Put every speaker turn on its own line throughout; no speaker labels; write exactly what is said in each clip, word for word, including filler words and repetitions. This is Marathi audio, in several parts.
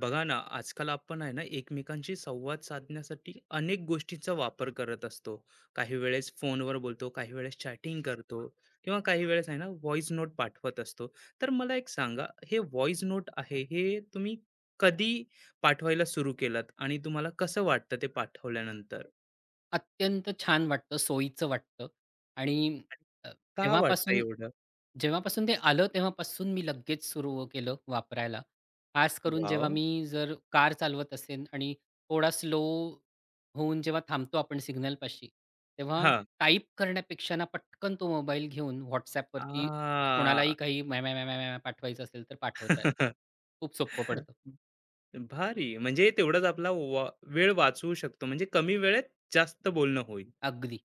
बघा ना आजकाल आपण आहे ना एकमेकांशी संवाद साधण्यासाठी अनेक गोष्टींचा वापर करत असतो. काही वेळेस फोनवर बोलतो, काही वेळेस चॅटिंग करतो किंवा काही वेळेस आहे ना व्हॉइस नोट पाठवत असतो. तर मला एक सांगा, हे व्हॉइस नोट आहे, हे तुम्ही कधी पाठवायला सुरू केलात आणि तुम्हाला कसं वाटतं ते पाठवल्यानंतर?
अत्यंत छान वाटतं, सोयीचं वाटतं आणि
आणि
अ,
का वाटतं
जेव्हापासून
एवढं?
जेव्हापासून ते आलं तेव्हापासून मी लगेच सुरू केलं वापरायला. खास करून जेव्हा
वाव.
मी जर कार चालवत असेन आणि थोडा स्लो होऊन जेव्हा थांबतो आपण सिग्नलपाशी, तेव्हा
हा.
टाइप करण्यापेक्षा ना पटकन तो मोबाईल घेऊन WhatsAppवरती
आ.
कोणालाही काही म्या, म्या, म्या, म्या, म्या पाठवायचं असेल तर पाठवता येतं. खूप सोपं पडतं.
भारी. म्हणजे तेवढाच आपला वा वेळ वाचवू शकतो. म्हणजे कमी वेळेत जास्त बोलणं होईल.
अगदी.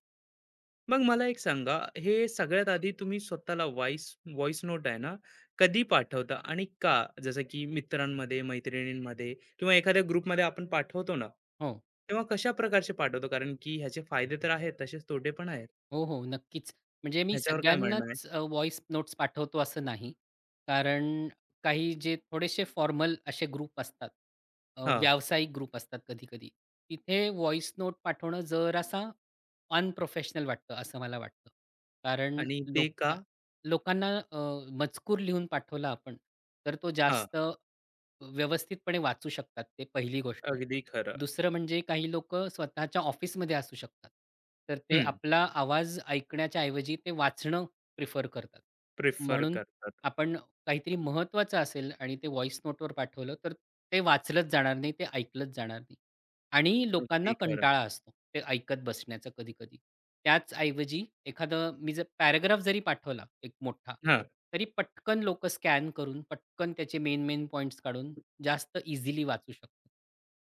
मग मला एक सांगा, हे सगळ्यात आधी तुम्ही स्वतःला व्हॉईस व्हॉईस नोट आहे ना, कधी पाठवता आणि का? जसं की मित्रांमध्ये, मैत्रिणींमध्ये किंवा एखाद्या ग्रुपमध्ये आपण पाठवतो ना,
हो.
तेव्हा कशा प्रकारचे पाठवतो? कारण की ह्याचे फायदे तर आहेत, तसेच तोटे पण आहेत.
हो, हो. नक्कीच. म्हणजे मी
ह्याच्यावर काय म्हणणं आहे?
सगळ्यांनाच व्हॉइस नोट्स पाठवतो असं नाही. कारण काही जे थोडेसे फॉर्मल असे ग्रुप असतात, अ,
हां.
व्यावसायिक ग्रुप असतात कधी-कधी. तिथे व्हॉइस नोट पाठवणं जरासा अनप्रोफेशनल वाटतं असं मला वाटतं. कारण
आणि ते
लोक
का?
लोकांना अ, मजकूर लिहून पाठवला आपण, तर तो
हां.
जास्त व्यवस्थितपणे वाचू शकतात ते पहिली गोष्ट.
अगदी खरं.
दुसरं म्हणजे काही लोकं स्वतःच्या ऑफिसमध्ये असू शकतात. तर ते
हं.
आपला आवाज ऐकण्याच्या ऐवजी ते वाचणं प्रिफर करतात.
प्रिफर
म्हणून
करतात.
आपण काहीतरी महत्त्वाचं असेल आणि ते व्हॉईस नोटवर पाठवलं तर ते वाचलंच जाणार नाही, ते ऐकलंच जाणार नाही. आणि
अगदी
लोकांना
खरं.
कंटाळा असतो ते ऐकत बसण्याचा कधी-कधी. त्याचऐवजी एखादं मी जर पॅराग्राफ जरी पाठवला एक मोठा,
हां.
तरी पटकन लोकं स्कॅन करून, पटकन त्याचे मेन-मेन पॉइंट्स काढून जास्त इझिली वाचू शकतात.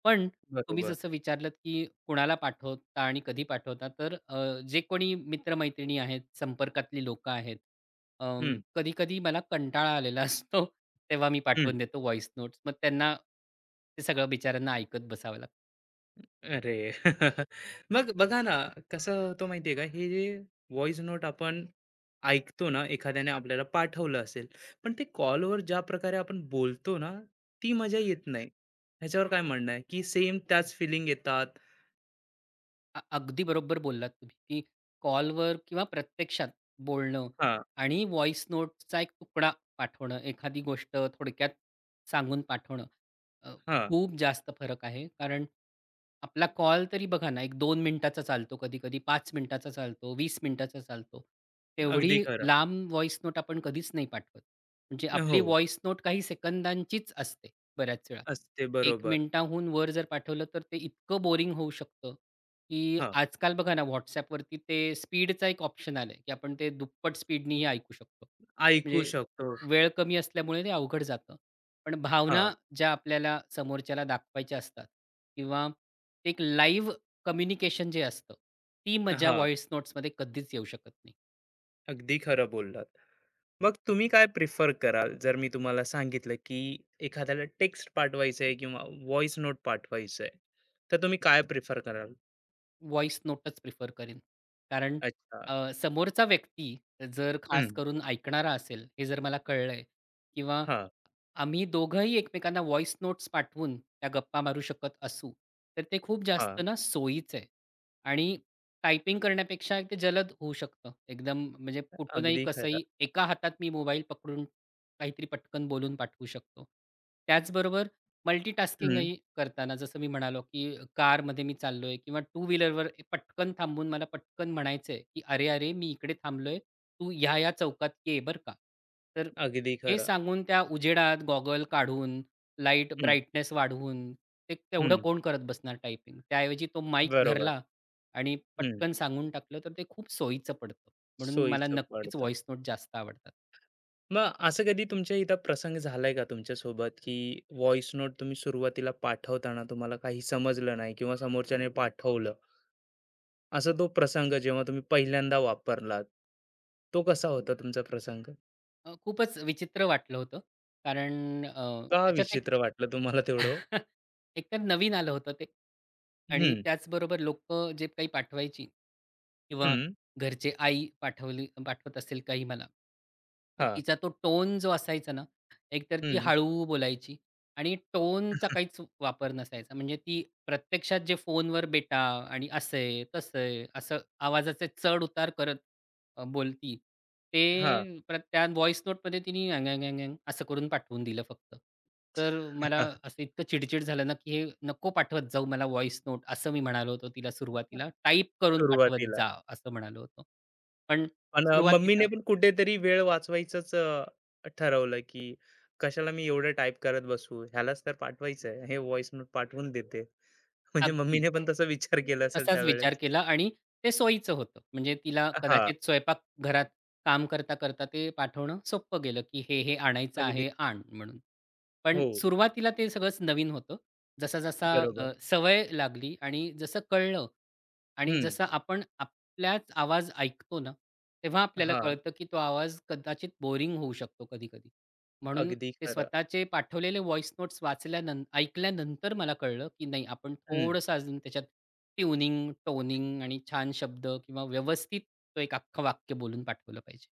पण तुम्ही
बरोबर.
जसं विचारलंत, की कुणाला पाठवता आणि कधी पाठवता, तर अ, जे कोणी मित्र आहेत, संपर्कातली लोकं आहेत,
हं.
कधी-कधी मला कंटाळा आलेला असतो, तेव्हा मी पाठवून देतो व्हॉईस नोट्स. मग त्यांना ते सगळं बिचाऱ्यांना ऐकत बसावं लागतं.
अरे! मग बघा ना, कसं होतं माहिती आहे का, हे जे व्हॉइस नोट आपण ऐकतो ना, एखाद्याने आपल्याला पाठवलं असेल, पण ते कॉलवर ज्या प्रकारे आपण बोलतो ना, ती मजा येत नाही. ह्याच्यावर काय म्हणणं आहे, की सेम त्याच फिलिंग येतात?
अ अगदी बरोबर बोललात तुम्ही, की कॉलवर किंवा प्रत्यक्षात बोलणं
हां,
आणि व्हॉईस नोटचा एक तुकडा पाठवणं, एखादी गोष्ट थोडक्यात सांगून पाठवणं, अ,
हां.
खूप जास्त फरक आहे. कारण आपला कॉल तरी बघा ना, एक दोन मिनिटाचा चालतो, कधी-कधी पाच मिनिटाचा चालतो, वीस मिनिटाचा चालतो.
अगदी
तेवढी
खरं.
लांब व्हॉईस नोट आपण कधीच नाही पाठवत. म्हणजे आपली
हो,
व्हॉईस नोट काही सेकंदांचीच असते बऱ्याच वेळा.
असते
एक
बरोबर.
मिनिटाहून वर जर पाठवलं, तर ते इतकं बोरिंग होऊ शकतं की
हां,
आजकाल बघा ना WhatsAppवरती ते स्पीडचा एक ऑप्शन आलाय, की आपण ते दुप्पट स्पीडनीही ऐकू शकतो.
ऐकू
म्हणजे
शकतो.
वेळ कमी असल्यामुळे ते अवघड जातं. पण
हां,
भावना ज्या आपल्याला समोरच्याला दाखवायच्या असतात किंवा ते एक लाईव्ह कम्युनिकेशन जे असतं, ती मजा
हां.
व्हॉईस नोट्समध्ये कधीच येऊ शकत नाही.
अगदी खरं बोललात. मग तुम्ही काय प्रिफर कराल? जर मी तुम्हाला सांगितलं, की एखाद्याला टेक्स्ट पाठवायचं आहे किंवा व्हॉइस नोट पाठवायचं आहे, तर तुम्ही काय प्रिफर कराल?
व्हॉईस नोटच प्रिफर करेन. कारण
अच्छा.
अ, समोरचा व्यक्ती जर खास
हं.
करून ऐकणारा असेल, हे जर मला कळलंय किंवा
हां,
आम्ही दोघंही एकमेकांना व्हॉइस नोट्स पाठवून त्या गप्पा मारू शकत असू, तर ते खूप जास्त
हां.
ना सोयीचं आहे आणि टायपिंग करण्यापेक्षा ते जलद होऊ शकतं. एकदम म्हणजे कुठूनही,
अगदी
कसंही
खरं.
एका हातात मी मोबाईल पकडून काहीतरी पटकन बोलून पाठवू शकतो. त्याचबरोबर
हं.
मल्टीटास्किंगही करताना जसं मी म्हणालो, की कारमध्ये मी चाललोय किंवा टू व्हीलरवर पटकन थांबून मला पटकन म्हणायचंय, की "अरे, अरे, मी इकडे थांबलोय. तू ह्या-ह्या चौकात ये बरं का." तर
अगदी
हे
खरं.
सांगून त्या उजेडात गॉगल काढून, लाईट
हं,
ब्राईटनेस वाढवून, ते तेवढं
हं.
कोण करत बसणार टायपिंग. त्याऐवजी तो माईक
बरोबर.
धरला आणि
हं.
पटकन सांगून टाकलं, तर ते खूप सोयीचं पडतं. म्हणून मला
सोयीचं
नक्कीच
पडतं.
व्हॉईस नोट जास्त आवडतात.
मग असं कधी तुमच्या इथं प्रसंग झालाय का तुमच्यासोबत, की व्हॉइस नोट तुम्ही सुरुवातीला पाठवताना तुम्हाला काही समजलं नाही किंवा समोरच्याने पाठवलं? असा तो प्रसंग जेव्हा तुम्ही पहिल्यांदा वापरलात, तो कसा होता तुमचा प्रसंग?
अ, खूपच विचित्र वाटलं होतं. कारण अ,
का
त्याच्यात एक
विचित्र वाटलं तुम्हाला तेवढं ओ?
एकतर नवीन आलं होतं ते आणि
हं,
त्याचबरोबर लोकं जे काही पाठवायची किंवा
हं,
घरचे आई पाठवली पाठवत असेल काही मला, तर
हां,
तिचा तो टोन जो असायचा ना, एकतर ती
हं.
हळू बोलायची आणि टोनचा काहीच वापर नसायचा. म्हणजे ती प्रत्यक्षात जे फोनवर बेटा आणि असंय, तसंय, असं आवाजाचे चढ-उतार करत अ, बोलती, ते प्र त्या व्हॉईस नोटमध्ये तिने अँग-अँग-अँग-अँग असं करून पाठवून दिलं फक्त. तर मला असं इतकं चिडचिड झालं ना, की हे नको पाठवत जाऊ मला व्हॉईस नोट असं मी म्हणालो होतो तिला सुरुवातीला. टाइप करून पाठवत
सुरुवातीला.
जा असं म्हणालो होतो. पण
पण अ, मम्मीने
सुरुवातीचा
पण कुठेतरी वेळ वाचवायचंच अ, ठरवलं, की कशाला मी एवढं टाइप करत बसू, ह्यालाच तर पाठवायचंय. हे व्हॉइस नोट पाठवून देते. म्हणजे
अगदी.
मम्मीने पण तसा विचार केला असेल
तसाच विचार
त्यावेळेस.
केला आणि ते सोयीचं होतं. म्हणजे तिला
हां,
कदाचित स्वयंपाक घरात काम करता, करता ते पाठवणं सोपं गेलं, की "हे, हे आणायचं
अगदी.
आहे, आण" म्हणून. पण
हो,
सुरुवातीला ते सगळंच नवीन होतं. जसा-जसा
बरोबर.
अ, सवय लागली आणि जसं कळलं आणि
हं,
जसं आपण आपलाच आवाज ऐकतो ना, तेव्हा आपल्याला
हां,
कळतं, की तो आवाज कदाचित बोरिंग होऊ शकतो कधी-कधी. म्हणून
अगदी
ते
खरं.
स्वतःचे पाठवलेले व्हॉईस नोट्स वाचल्यानं ऐकल्यानंतर मला कळलं, की नाही आपण
हं.
थोडंसं अजून त्याच्यात ट्यूनिंग, टोनिंग आणि छान शब्द किंवा व्यवस्थित तो एक अख्खं वाक्य बोलून पाठवलं पाहिजे.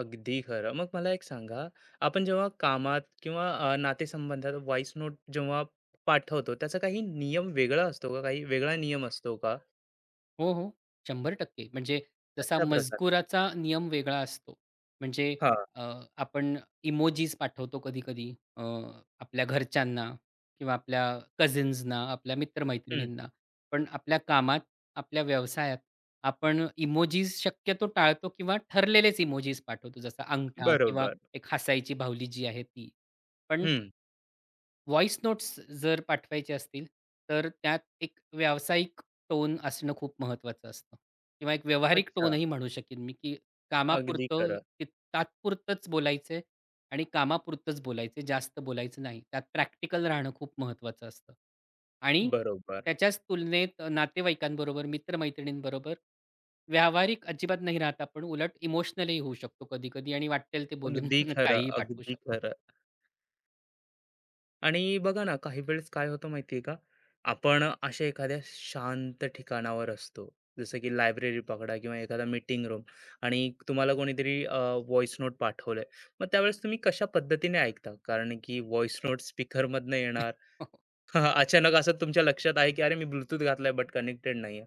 अगदी खरं. मग मला एक सांगा, आपण जेव्हा कामात किंवा अ, नातेसंबंधात व्हॉइस नोट जेव्हा पाठवतो, त्याचा काही नियम वेगळा असतो का? काही वेगळा नियम असतो का?
हो, हो. शंभर टक्के म्हणजे जसा
कशा प्रकार?
मजकुराचा नियम वेगळा असतो. म्हणजे
हां.
अ, आपण इमोजीस पाठवतो कधी-कधी अ, आपल्या घरच्यांना किंवा आपल्या कझिन्सना, आपल्या मित्र
हं.
पण आपल्या कामात, आपल्या व्यवसायात आपण इमोजीस शक्यतो टाळतो किंवा ठरलेलेच इमोजीस पाठवतो. जसं अंगठा किंवा
बरोबर.
एक हसायची बाहुली जी आहे ती. पण
हं.
व्हॉईस नोट्स जर पाठवायचे असतील, तर त्यात एक व्यावसायिक टोन असणं खूप महत्त्वाचं असतं किंवा एक व्यावहारिक
अच्छा.
टोनही म्हणू शकेन मी, की
अगदी
कामापुरतं
खरं.
ते तात्पुरतंच बोलायचंय आणि कामापुरतंच बोलायचंय, जास्त बोलायचं नाही. त्यात प्रॅक्टिकल राहणं खूप महत्त्वाचं असतं. आणि
बरोबर.
त्याच्याच तुलनेत नातेवाईकांबरोबर, मित्र व्यावहारिक अजिबात नाही राहत आपण. उलट इमोशनलही होऊ शकतो कधी-कधी आणि वाट्टेल ते बोलून
अगदी खरं,
काहीही पाठवू
अगदी
शकतो.
खरं. आणि बघा ना, काही वेळेस काय होतं माहिती आहे का? आपण अशा एखाद्या शांत ठिकाणावर असतो. जसं की लायब्ररी पकडा किंवा एखादा मीटिंग रूम आणि तुम्हाला कोणीतरी अ, व्हॉईस नोट पाठवलंय. मग त्यावेळेस तुम्ही कशा पद्धतीने ऐकता? कारण की व्हॉईस नोट स्पीकरमधनं येणार. अचानक असं तुमच्या लक्षात आहे की अरे मी ब्लूटूथ घातलाय बट कनेक्टेड नाहीये.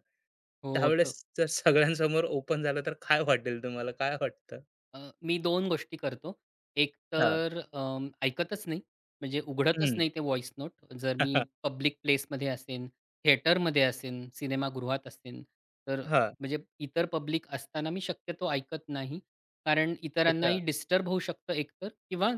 हो, होतं.
त्यावेळेस जर सगळ्यांसमोर ओपन झालं तर काय वाटेल तुम्हाला? काय वाटतं?
अ, मी दोन गोष्टी करतो. एक
हां.
तर अं, ऐकतच नाही, म्हणजे उघडतच
हं.
नाही ते व्हॉइस नोट. जर मी
हां.
पब्लिक प्लेसमध्ये असेन, थिएटरमध्ये असेन, सिनेमागृहात असेन, तर म्हणजे इतर पब्लिक असताना मी शक्यतो ऐकत नाही. कारण
अच्छा.
इतरांनाही डिस्टर्ब होऊ शकतं एकतर किंवा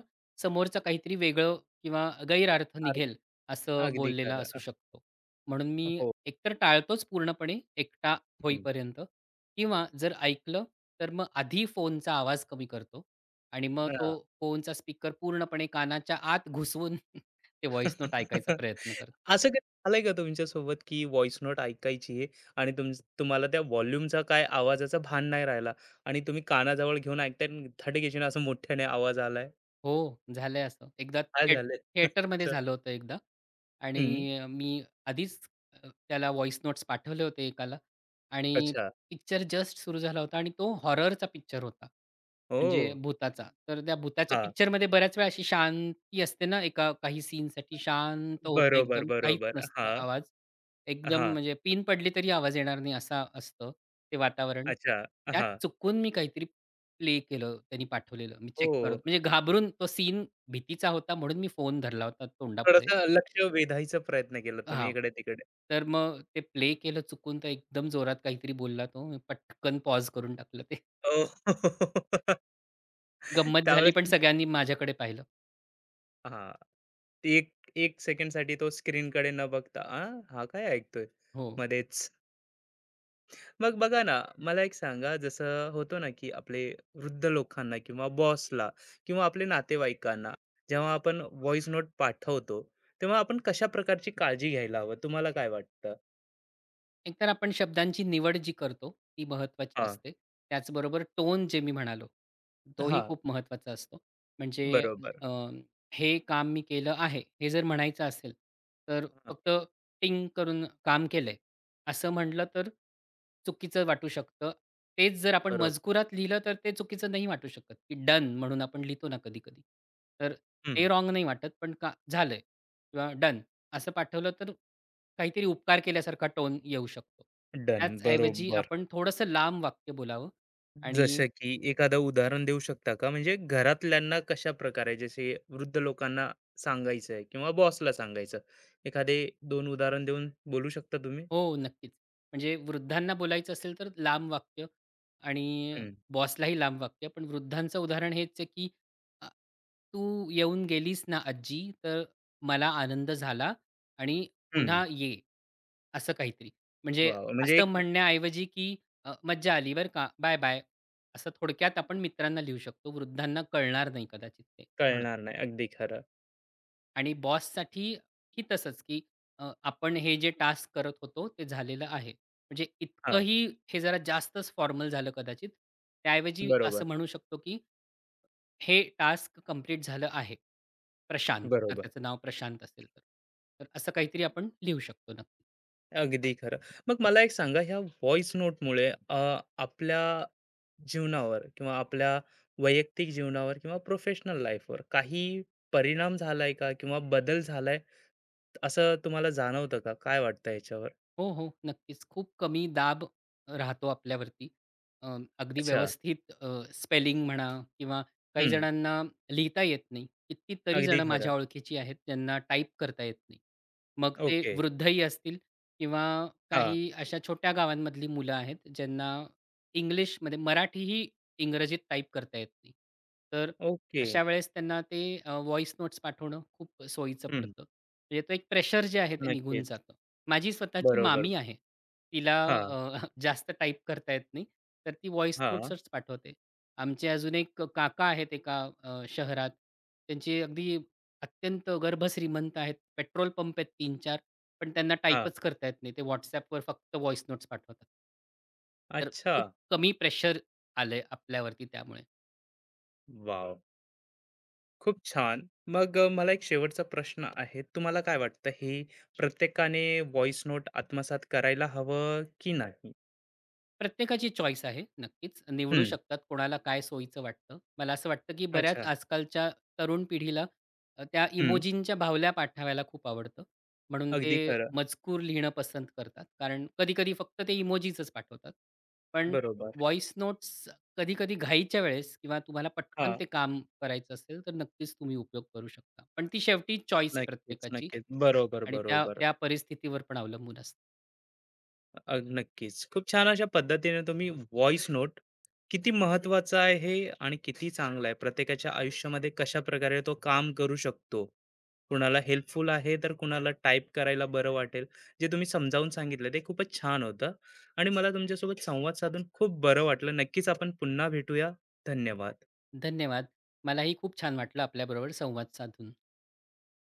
समोरचं काहीतरी वेगळं किंवा गैरअर्थ
अर
निघेल असं
अगदी
बोललेला
खरं.
असू शकतो. म्हणून मी
हो.
एकतर टाळतोच पूर्णपणे एकटा
हं.
होईपर्यंत किंवा जर ऐकलं, तर मग आधी फोनचा आवाज कमी करतो आणि मग तो फोनचा स्पीकर पूर्णपणे कानाच्या आत घुसवून ते व्हॉईस नोट ऐकायचा प्रयत्न करतो.
असं कधी झालंय का तुमच्यासोबत की व्हॉइस नोट ऐकायची आहे आणि तुम तुम्हाला त्या व्हॉल्यूमचा काय आवाजाचा भान नाही राहिला आणि तुम्ही कानाजवळ घेऊन ऐकताय आणि थट घेशीन असं मोठ्याने आवाज आलाय.
हो, झालंय असं. एकदा
काय
थिएट
झालंय?
थिएटरमध्ये
असं.
झालं होतं एकदा आणि
हं.
मी आधीच अ, त्याला व्हॉईस नोट्स पाठवले होते एकाला आणि
अच्छा.
पिक्चर जस्ट सुरू झाला होता आणि तो हॉररचा पिक्चर होता.
ओह!
म्हणजे भुताचा. तर त्या भुताच्या
हां.
पिक्चरमध्ये बऱ्याच वेळा अशी शांती असते ना, एका काही सीनसाठी शांत होतं
बरोबर,
एकदम. काहीच
बरोबर.
नसतं
हां,
आवाज. एकदम
हां.
म्हणजे पिन पडली तरी आवाज येणार नाही असा असतं ते वातावरण.
अच्छा.
त्यात
हां.
चुकून मी काहीतरी प्ले केलं त्यांनी पाठवलेलं. मी चेक
हो.
करत म्हणजे घाबरून तो सीन भीतीचा होता म्हणून मी फोन धरला होता तोंडापुढे.
थोडंसं लक्ष वेधायचा प्रयत्न केला तुम्ही
हां.
इकडे-तिकडे.
तर मग ते प्ले केलं चुकून, तर एकदम जोरात काहीतरी बोलला तो. मी पटकन पॉज करून टाकलं ते.
हो.
गंमत झाली,
त्यावेळेस
पण सगळ्यांनी माझ्याकडे पाहिलं.
हां. ते एक एक सेकंडसाठी तो स्क्रीनकडे न बघता, "अं, हा काय ऐकतोय?"
हो.
मध्येच. मग बघा ना, मला एक सांगा, जसं होतो ना, की आपले वृद्ध लोकांना किंवा बॉसला किंवा आपले नातेवाईकांना जेव्हा आपण व्हॉईस नोट पाठवतो, तेव्हा आपण कशा प्रकारची काळजी घ्यायला हवं, तुम्हाला काय वाटतं?
एकतर आपण शब्दांची निवड जी करतो, ती महत्त्वाची
हां.
असते. त्याचबरोबर टोन जे मी म्हणालो, तोही
हां,
खूप महत्त्वाचा असतो. म्हणजे
बरोबर.
अ, हे काम मी केलं आहे, हे जर म्हणायचं असेल, तर
हां,
फक्त टिंग करून काम केलंय, असं म्हटलं तर चुकीचं वाटू शकतं. तेच जर आपण
बरोबर.
मजकुरात लिहिलं, तर ते चुकीचं नाही वाटू शकत, की डन म्हणून आपण लिहितो ना कधी-कधी. तर ते रॉंग नाही वाटत, पण का झालंय किंवा डन असं पाठवलं तर काहीतरी उपकार केल्यासारखा टोन येऊ शकतो.
डन.
त्याचऐवजी
बरोबर.
आपण थोडंसं लांब वाक्य बोलावं आणि
जसं की एखादं उदाहरण देऊ शकता का? म्हणजे घरातल्यांना कशा प्रकारे जसे वृद्ध लोकांना सांगायचंय किंवा बॉसला सांगायचं. एखादे दोन उदाहरण देऊन बोलू शकता तुम्ही?
हो, नक्कीच. म्हणजे वृद्धांना बोलायचं असेल तर लांब वाक्य आणि
हं,
बॉसलाही लांब वाक्य. पण वृद्धांचं उदाहरण हेच आहे, की अ, "तू येऊन गेलीस ना आज्जी, तर मला आनंद झाला आणि
हं.
पुन्हा ये." असं काहीतरी. म्हणजे
वाह! वाह! म्हणजे
असं
एक
म्हणण्याऐवजी, की अ, "मज्जा आली बरं का, बाय-बाय." असं थोडक्यात आपण मित्रांना लिहू शकतो. वृद्धांना कळणार नाही कदाचित ते म्हणून.
कळणार नाही. अगदी खरं.
आणि बॉससाठी ही तसंच, की अ, आपण हे जे टास्क करत होतो ते झालेलं आहे. म्हणजे
हां,
इतकंही हे जरा जास्तच फॉर्मल झालं कदाचित. त्याऐवजी
बरोबर,
असं म्हणू शकतो, की हे टास्क कंप्लीट झालं आहे. प्रशांत, जर
बरोबर.
त्याचं नाव प्रशांत असेल तर. तर असं काहीतरी आपण लिहू शकतो नक्की.
अगदी खरं. मग मला एक सांगा ह्या व्हॉइस नोटमुळे अ, आपल्या जीवनावर किंवा आपल्या वैयक्तिक जीवनावर किंवा प्रोफेशनल लाईफवर काही परिणाम झालाय का किंवा बदल झालाय असं तुम्हाला जाणवतं का? काय वाटतं याच्यावर?
हो, हो. नक्कीच. खूप कमी दाब राहतो आपल्यावरती. अ, अगदी
अच्छा.
व्यवस्थित अ, स्पेलिंग म्हणा किंवा काही
हं.
जणांना लिहिता येत नाही. कितीतरी
अगदी
जणं
खरं.
माझ्या ओळखीची आहेत, ज्यांना टाइप करता येत नाही. मग ते
ओके.
वृद्धही असतील किंवा
हां.
काही अशा छोट्या गावांमधली मुलं आहेत, ज्यांना इंग्लिशमध्ये मराठीही इंग्रजीत टाइप करता येत नाही. तर
ओके.
अशा वेळेस त्यांना ते अ, नोट्स पाठवणं खूप सोयीचं
हं.
पडतं. म्हणजे तो एक प्रेशर जे आहे ते निघून
नक्कीच.
जातं. माझी स्वतःची
बरोबर.
मामी आहे. तिला
हां,
अ, जास्त टाइप करता येत नाही. तर ती व्हॉईस
हां,
नोट्सच पाठवते. आमचे अजून एक काका आहेत एका अ, शहरात. त्यांची अगदी अत्यंत गर्भश्रीमंत आहेत. पेट्रोल पंप आहेत तीन चार पण त्यांना
हां.
टाइपच करता येत नाही. ते WhatsAppवर फक्त व्हॉईस नोट्स पाठवतात. तर
अच्छा.
खूप कमी प्रेशर आलंय आपल्यावरती त्यामुळे.
वॉव! खूप छान. मग अ, मला एक शेवटचा प्रश्न आहे. तुम्हाला काय वाटतं, हे प्रत्येकाने व्हॉईस नोट आत्मसात करायला हवं की नाही?
प्रत्येकाची चॉईस आहे नक्कीच. निवडू
हं.
शकतात कोणाला काय सोयीचं वाटतं. मला असं वाटतं की बऱ्याच
अच्छा.
आजकालच्या तरुण पिढीला अ, त्या इमोजींच्या बाहुल्या पाठवायला खूप आवडतं. म्हणून ते
अगदी खरं.
मजकूर लिहिणं पसंत करतात. कारण कधी-कधी फक्त ते इमोजीचच पाठवतात. पण
बरोबर.
व्हॉईस नोट्स कधी-कधी घाईच्या वेळेस किंवा तुम्हाला पटकन
हां.
ते काम करायचं असेल, तर नक्कीच तुम्ही उपयोग करू शकता. पण ती शेवटी चॉईस आहे
नक्कीच,
प्रत्येकाची
नक्कीच. बरोबर,
आणि त्या
बरोबर.
त्या परिस्थितीवर पण अवलंबून असतं.
अ, नक्कीच. खूप छान अशा पद्धतीने तुम्ही व्हॉइस नोट किती महत्त्वाचा आहे आणि किती चांगला आहे. प्रत्येकाच्या आयुष्यामध्ये कशा प्रकारे तो काम करू शकतो. कुणाला हेल्पफुल आहे, तर कुणाला टाइप करायला बरं वाटेल. जे तुम्ही समजावून सांगितलं ते खूपच छान होतं आणि मला तुमच्यासोबत संवाद साधून खूप बरं वाटलं. नक्कीच आपण पुन्हा भेटूया. धन्यवाद.
धन्यवाद. मलाही खूप छान वाटलं आपल्याबरोबर संवाद साधून.